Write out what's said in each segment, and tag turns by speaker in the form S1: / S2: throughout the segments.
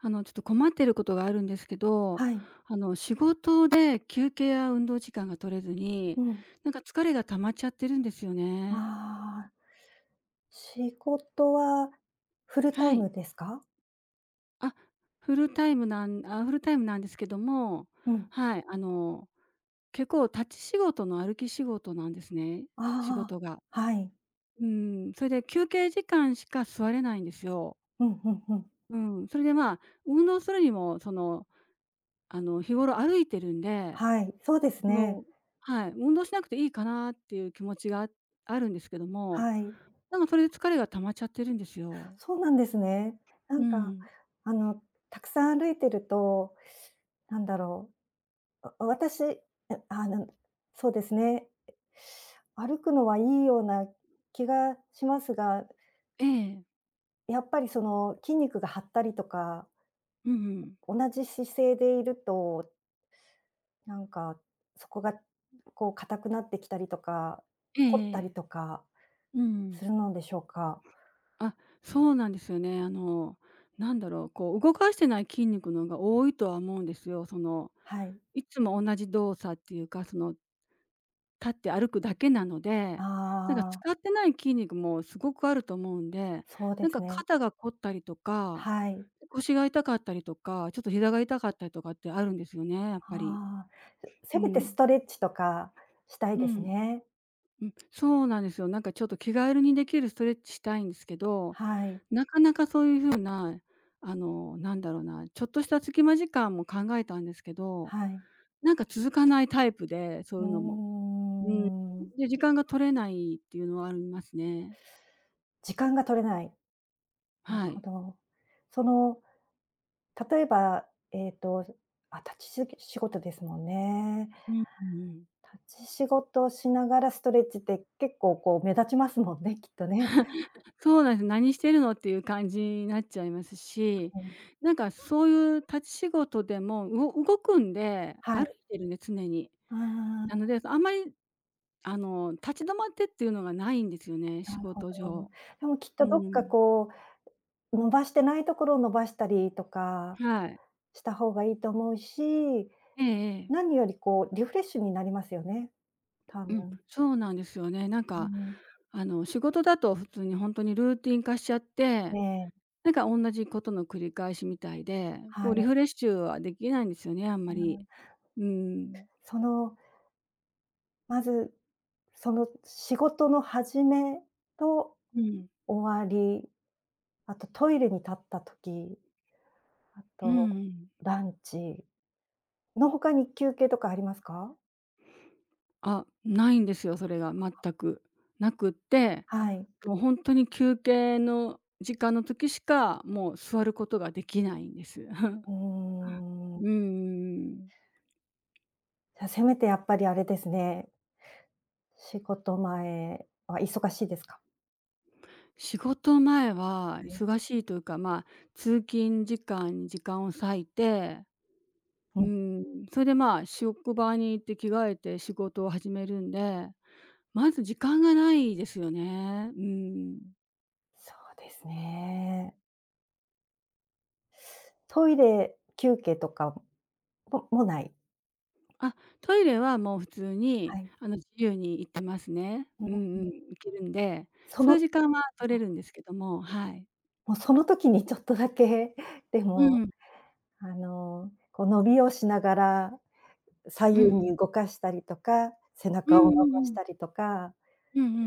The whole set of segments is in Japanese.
S1: ちょっと困ってることがあるんですけど、
S2: はい。
S1: 仕事で休憩や運動時間が取れずに、
S2: うん。
S1: なんか疲れが溜まっちゃってるんですよね。
S2: ああ、仕事はフルタ
S1: は
S2: イム
S1: い。
S2: ですか？
S1: あ、フルタイムなんですけども、
S2: うん。
S1: はい、結構立ち仕事の歩き仕事なんですね、仕
S2: あ
S1: 事が。
S2: あ、はい。
S1: うん、それで休憩時間しか座れないんですよ。
S2: うんうんうん。
S1: うん、それで、まあ、運動するにも、日頃歩いてるんで、
S2: はい、そうです
S1: そ
S2: ね。
S1: のはい、運動しなくていいかなっていう気持ちがあるんですけども、
S2: はい。
S1: なんかそれで疲れが溜まっちゃってるんですよ。
S2: そうなんですね。な
S1: う
S2: んか、
S1: ん。
S2: あの、たくさん歩いてると、なんだろう、わ私、え、あの、そうですね。歩くのはいいような気がしますが、
S1: ええ。
S2: やっぱりその筋肉が張ったりとか、
S1: うんうん。
S2: 同じ姿勢でいるとなんか、そこが、こう硬くなってきたりとか、
S1: ええ
S2: 凝ったり
S1: え
S2: と
S1: え。
S2: か
S1: うん。
S2: するのでしょうか？
S1: あ、そうなんですよね。こう動かしてない筋肉の方が多いとは思うんですよ。
S2: はい。
S1: いつも同じ動作っていうか、立って歩くだけなので、なんか
S2: ああ、
S1: 使ってない筋肉もすごくあると思うんで、
S2: そう
S1: な
S2: で
S1: んか
S2: すね。
S1: 肩が凝ったりとか、
S2: はい。
S1: 腰が痛かったりとか、ちょっと膝が痛かったりとかってあるんですよね、やっぱり。
S2: ああ、せせ
S1: う
S2: めてス
S1: ん。
S2: トレッチとかしたい
S1: う
S2: です
S1: ん。
S2: ね。
S1: うん、そうなんですよ。なんかちょっと気軽にできるストレッチしたいんですけど、
S2: はい、
S1: なかなかそういう風な、ちょっとした隙間時間も考えたんですけど、
S2: はい。
S1: なんか続かないタイプで、そ
S2: う
S1: ういうのも。
S2: ー
S1: うん。
S2: ん。
S1: で、時間が取れないっていうのはありますね。
S2: 時間が取れない。なる
S1: は
S2: ほ
S1: い。
S2: ど。その、例えば、えっと、あ、立ちしぎ仕事ですもんね。
S1: うんうん。
S2: 立ち仕事をしながらストレッチって結構こう目立ちますもんね、きっとね。
S1: そうなんです。何してるのっていう感じになっちゃいますし、
S2: うん。
S1: なんかそういう立ち仕事でも、動くんで、
S2: は
S1: 歩
S2: い。
S1: いてるんで、常に。
S2: あ
S1: なの
S2: あ、
S1: で、あんまり、立ち止まってっていうのがないんですよね、仕
S2: なるほ
S1: 事
S2: ど。
S1: 上。
S2: でもきっ
S1: う
S2: とどっか
S1: ん。
S2: こう、伸ばしてないところを伸ばしたりとか
S1: はい。
S2: した方がいいと思うし、
S1: ええええ。
S2: 何よりこうリフレッシュになりますよね、多
S1: う
S2: 分。
S1: ん、そうなんですよね。なん
S2: う
S1: か、
S2: ん。
S1: 仕事だと普通に本当にルーティン化しちゃって、
S2: ねえ、
S1: なんか同じことの繰り返しみたいで、
S2: は
S1: こうリ
S2: い。
S1: フレッシュはできないんですよね、あん
S2: う
S1: まり。
S2: ん。
S1: うーん。
S2: その、まず、その仕事の始めと
S1: うん。
S2: 終わり、あとトイレに立った時、あ
S1: うん
S2: と
S1: うん。
S2: ランチの他に休憩とかありますか？
S1: あ、ないんですよ、それが全く。なくって、
S2: はい。
S1: もうほんとに休憩の時間の時しか、もう座ることができないんです。
S2: うーん。
S1: うんうんうん。
S2: じゃあ、せめてやっぱりあれですね、仕事前は忙しいですか？
S1: 仕事前は
S2: はい。
S1: 忙しいというか、まあ、通勤時間に時間を割いて、
S2: うん、
S1: それでまあ、職場に行って着替えて仕事を始めるんで、まず時間がないですよね。うん。
S2: そうですね。トイレ休憩とかももない。
S1: あ、トイレはもう普通
S2: は
S1: に、
S2: い。
S1: 自由に行ってますね。
S2: う
S1: う
S2: ん、
S1: んうん、行けるんで、
S2: そ
S1: そういう
S2: の
S1: 時間は取れるんですけども、はい。
S2: もうその時にちょっとだけ で
S1: う
S2: も、
S1: ん。
S2: あの、こう伸びをしながら
S1: うん
S2: 左右
S1: うん。
S2: に動かしたりとか、背
S1: うん
S2: 中を
S1: う
S2: 伸
S1: ん
S2: ば
S1: う
S2: し
S1: ん。
S2: たりとか、
S1: うんうんうんう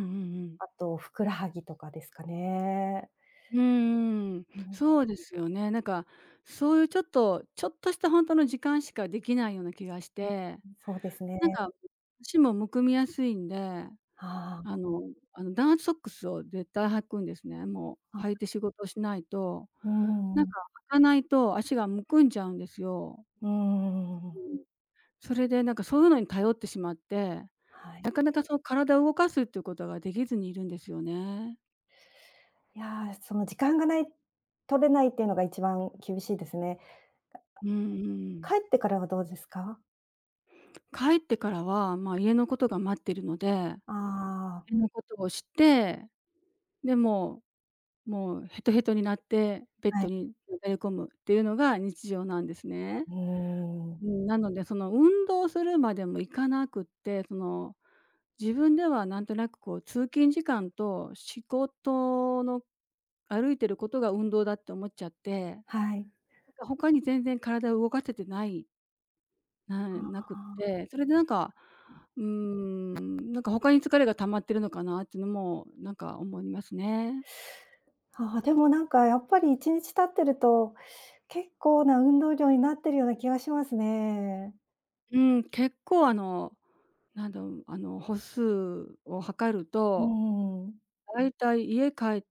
S1: ん。
S2: あとふくらはぎとかですかね。
S1: うんうんうんうんうんうんうんうんん、
S2: うん。
S1: そうですよね。なんか、そういうちょっとちょっとしたほんとの時間しかできないような気がし
S2: ね、
S1: て、
S2: そうですね。
S1: なんか、足もむくみやすいんで、あ
S2: あ
S1: のダウンソックスを絶対履くんですね。も
S2: あ、
S1: う
S2: あ、
S1: 履いて仕事しないと、
S2: う
S1: なん
S2: ん、
S1: か履かないと足がむくんじゃうんですよ。
S2: うん、
S1: うん、それでなんかそういうのに頼ってしまって、
S2: はい。
S1: なかなかその体を動かすっていうことができずにいるんですよね。
S2: いやー、その時間がない、取れないっていうのが一番厳しいですね。
S1: うんうん。
S2: 帰ってからはどうですか？
S1: 帰ってからは、まあ、家のことが待ってるので、
S2: ああー、
S1: 家のことをして、で、もうヘトヘトになってベッ
S2: は
S1: ド
S2: い。
S1: になだれ込むっていうのが日常なんですね。
S2: うん、
S1: うん、なので、その運動するまでもいかなくって、自分ではなんとなくこう通勤時間と仕事の歩いてることが運動だって思っちゃって、なん
S2: はい。
S1: か他に全然体を動かせてないな
S2: あ
S1: な
S2: ー
S1: くって、それでなんか、うーん、なんか他に疲れが溜まってるのかなっていうのもなんか思いますね。
S2: あー、あでもなんかやっぱり1日経ってると、結構な運動量になってるような気がしますね。
S1: うん、結構あの歩数を測る
S2: う
S1: と
S2: ん、
S1: だいたい家帰っ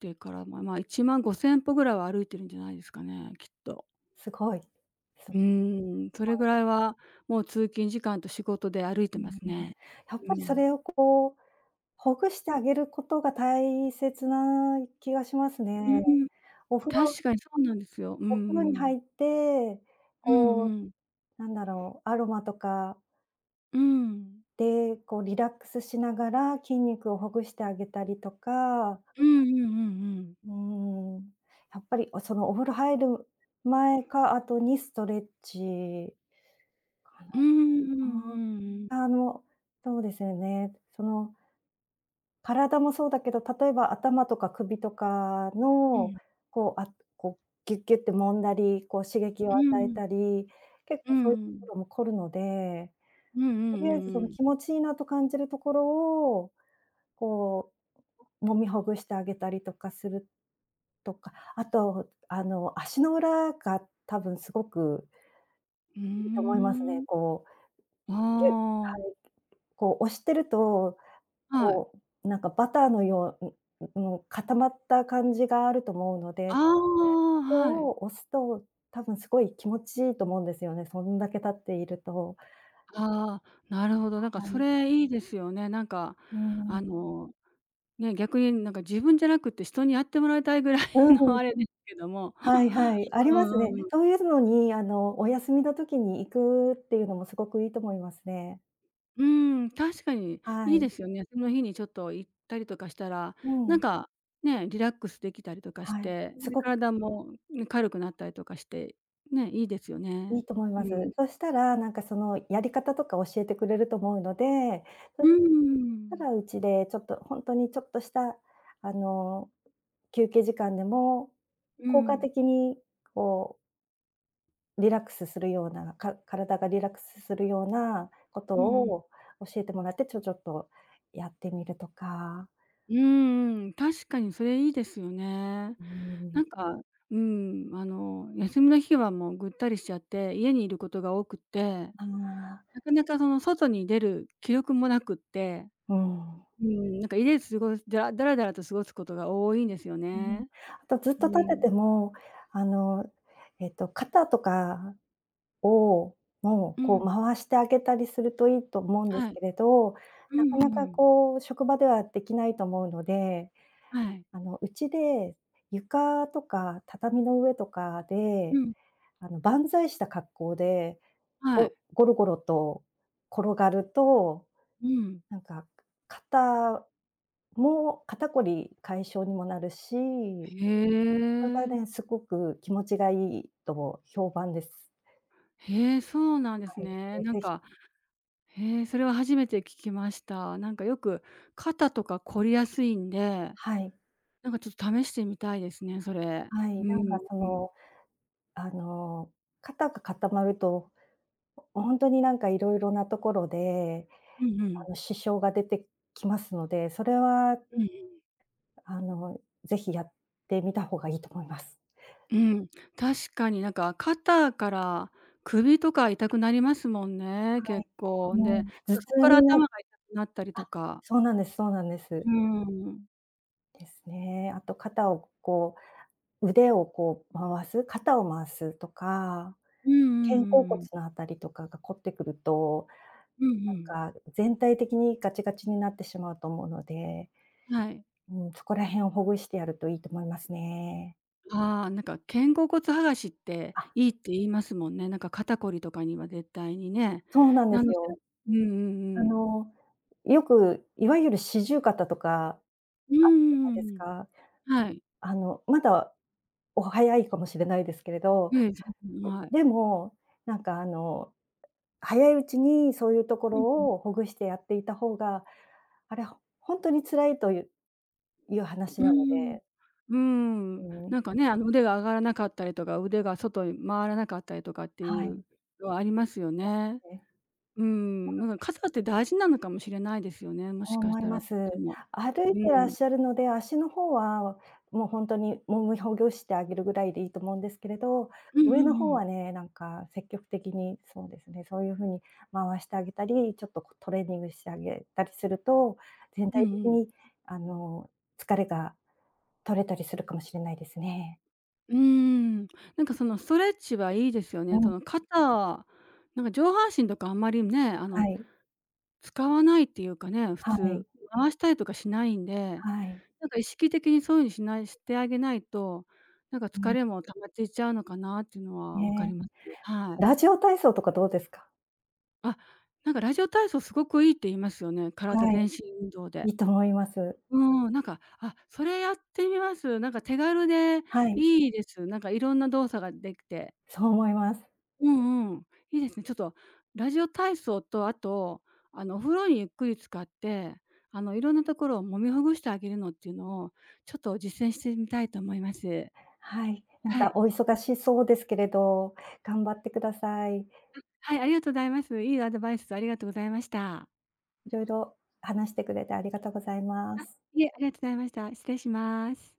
S1: てからも、まあ、1万5千歩ぐらいは歩いてるんじゃないですかね、きっと。
S2: すごい。そう
S1: うーん、それぐらいはもう通勤時間と仕事で歩いて
S2: う
S1: ま
S2: ん、
S1: すね。
S2: やっ
S1: う
S2: ぱりそ
S1: ん。
S2: れをこうほぐしてあげることが大切な気がします
S1: うん
S2: ね。
S1: うん。
S2: お風呂
S1: 確かにそうなんですよ。うん
S2: お風呂に
S1: うん。
S2: 入って、
S1: うん
S2: こ
S1: うん。
S2: う、アロマとか
S1: うん。
S2: で、こうリラックスしながら筋肉をほぐしてあげたりとか、
S1: うんうんうんうん。
S2: うーん、やっぱり、そのお風呂入る前か後にストレッチか
S1: うん
S2: な。
S1: うんうんうん。
S2: ああの、そうですよね。その体もそうだけど、例えば頭とか首とか
S1: う
S2: の、
S1: ん。
S2: こう、あこう、ギュッギュッて揉んだり、こう刺激を
S1: うん
S2: 与え
S1: うん。
S2: たり、結
S1: う
S2: 構そういうとこ
S1: ん。
S2: ろも凝るので、
S1: うんうんうんうんうんうんうんうんうんうん
S2: とりあえず
S1: う
S2: そ
S1: ん
S2: の
S1: うん
S2: 気持ちいいなと感じるところを、こう、揉みほぐしてあげたりとかするとか、あと、あの、足の裏が多分すごくいいと
S1: ー
S2: 思いますね。
S1: ん。
S2: ぎゅは
S1: あ
S2: い、こう押してると、
S1: あ、はい。
S2: こう、なんかバターのの固まった感じがあると思うの
S1: あ
S2: で、そ
S1: あ、は
S2: こ
S1: い。
S2: を押すと、多分すごい気持ちいいと思うんですよね、そんだけ経っていると。
S1: ああ、なるほど。なんか
S2: は
S1: そ
S2: い。
S1: れいいですよね。なんか、
S2: うーん。
S1: あの、ね、逆になんか自分じゃなくて人にやってもらいたいぐらい
S2: う
S1: の
S2: ん、
S1: あれですけども。
S2: はいは い、あり
S1: うん
S2: ます
S1: う
S2: ね。
S1: んうん。
S2: そういうのに、あの、お休みの時に行くっていうのもすごくいいと思いますね。
S1: うん、確かに
S2: は
S1: いい
S2: い。
S1: ですよね。その日にちょっと行ったりとかしたら、
S2: う
S1: なん
S2: ん。
S1: か、ね、リラックスできたりとかし
S2: はい。
S1: て、
S2: す
S1: で、
S2: ごく
S1: 体もね、軽くなったりとかして、ね、いいですよ
S2: い
S1: ね。
S2: いと思い
S1: う
S2: ま
S1: ん。
S2: す。そしたら、なんかそのやり方とか教えてくれると思うので
S1: う
S2: た
S1: ん。
S2: だうちでちょっと本当にちょっとした、あの、休憩時間でも、
S1: う
S2: 効果
S1: ん。
S2: 的にこうリラックスするような、体がリラックスするようなこと
S1: うんうん。
S2: を教えてもらって、ちょっとやってみるとか、
S1: うん、確かにそれいいですよね。
S2: うーん、
S1: なんか、うん、休みの日はもうぐったりしちゃって、家にいることが多くって、
S2: ああ、
S1: なかなかその外に出る気力もなくって、
S2: うん。
S1: うん、なんか家で過ごすだらだらだらと過ごすことが多いんですよ
S2: うん。
S1: ね。
S2: あとずっ
S1: う
S2: と立って
S1: ん。
S2: ても、あの、肩とかを、もう、
S1: う
S2: こ
S1: ん、
S2: う回してあげたりするといいと思うんで
S1: は
S2: す
S1: い。
S2: けれど、
S1: う
S2: なか
S1: んう
S2: な
S1: んう
S2: か
S1: ん。
S2: こう職場ではできないと思うので、
S1: はい。
S2: あの、うちで床とか畳の上とか
S1: う
S2: で、
S1: ん、
S2: あの、万歳した格好で、
S1: はい。
S2: ゴロゴロと転がると、
S1: うん。
S2: なんか、肩肩こり解消にもなるし、
S1: へ
S2: これがね、
S1: え。
S2: すごく気持ちがいいと評判です。
S1: へえ、そうなんです
S2: はい、
S1: ね。
S2: こ
S1: なん
S2: れぜひ
S1: か、へえ、それは初めて聞きました。なんかよく肩とか凝りやすいんで、
S2: はい。
S1: なんかちょっと試してみたいですね、それ。
S2: はい、
S1: う
S2: なん
S1: ん
S2: かその、あの、固まると、ほんとになんかいろいろなところで、
S1: うんうん。
S2: あの、支障が出てきますので、それは、
S1: うん
S2: あの、ぜひやってみた方がいいと思います。
S1: うん。うん、確かになんか肩から首とか痛くなりますもんね、
S2: は
S1: 結
S2: い。
S1: 構。んで、
S2: もう、頭
S1: そっ
S2: 痛
S1: から
S2: にな
S1: 頭が痛くなったりと
S2: あ、
S1: か。
S2: そうなんで
S1: う
S2: す。
S1: ん。
S2: ですね。あと肩をこう、腕をこう回す、肩を回すとか、
S1: うんうんう
S2: 肩甲
S1: ん
S2: 骨
S1: うん。
S2: のあたりとかが凝ってくると、
S1: うん、
S2: なんか全体的にガチガチになってしまうと思うので、
S1: はい。
S2: うん、そこら辺をほぐしてやるといいと思いますね。
S1: ああ、なんか肩甲骨剥がしって
S2: あ、
S1: いいって言いますもんね。なんか肩こりとかには絶対にね。
S2: そうなんで
S1: な
S2: す
S1: ので、
S2: よ。
S1: うんうんう
S2: あ
S1: ん。
S2: の、よくいわゆる四十肩とか
S1: うん
S2: あるじゃない
S1: う
S2: です
S1: ん
S2: か。
S1: うん、はい。
S2: あの、まだお早いかもしれないですけれど、
S1: ええ、ぜひ、はい。
S2: でも、なんかあの、早いうちにそういうとこ
S1: うん。
S2: ろをほぐしてやっていた方が、あれ、ほんとに辛いといういう話
S1: う
S2: なの
S1: ーん。
S2: で、
S1: うー
S2: う
S1: ん。
S2: ん、
S1: なんかね、腕が上がらなかったりとか、腕が外に回らなかったりとかって
S2: は
S1: い
S2: い。
S1: うのはありますよね。
S2: ね。
S1: うーん、なんか肩って大事なのかもしれないですよね、もしかし
S2: 思い
S1: たら
S2: ま
S1: とっ
S2: す。
S1: ても。
S2: 歩い
S1: う
S2: てらっ
S1: ん。
S2: しゃるので、足の方はもうほんとに揉みほぐしてあげるぐらいでいいと思うんですけれど、
S1: うん
S2: 上
S1: う
S2: の
S1: んう
S2: 方
S1: ん。
S2: はね、なんか積極的に、そうですね、そういう風に回してあげたり、ちょっとこうトレーニングしてあげたりすると、全
S1: う
S2: 体
S1: ん
S2: 的
S1: うん。
S2: にあの、疲れが取れたりするかもしれないですね。
S1: うーん。なんかそのストレッチはいいですよ
S2: う
S1: ね。そ
S2: ん、
S1: の肩、なんか上半身とかあんまりね、
S2: はい、
S1: 使わないっていうかね、普
S2: はい、
S1: 通、回したりとかしないんで、
S2: はい。
S1: なんか意識的にそういう風にしてあげないと、なんか
S2: う
S1: 疲
S2: ん、
S1: れも溜まっていっちゃうのかなっていうのは分かり
S2: ね。
S1: ます。はい。
S2: ラジオ体操とかどうですか？
S1: あ、なんかラジオ体操すごくいいって言いますよね、体
S2: は
S1: 全
S2: い、
S1: 身運動で。
S2: いいと思います。
S1: うーん、なんか、あ、それやってみます。なんか手軽で
S2: はい、
S1: いいです。なんかいろんな動作ができて。
S2: そう思います。
S1: うんうん、いいですね。ちょっとラジオ体操と、あと、あのお風呂にゆっくり浸かって、いろんなところを揉みほぐしてあげるのっていうのを、ちょっと実践してみたいと思います。
S2: はい、なん
S1: は
S2: か
S1: い。
S2: お忙しそうですけれど、頑張ってください。
S1: はい、ありがとうございます。いいアドバイスをありがとうございました。
S2: いろいろ話してくれてありがとうございま
S1: あ、
S2: す。
S1: いえ、ありがとうございました。失礼します。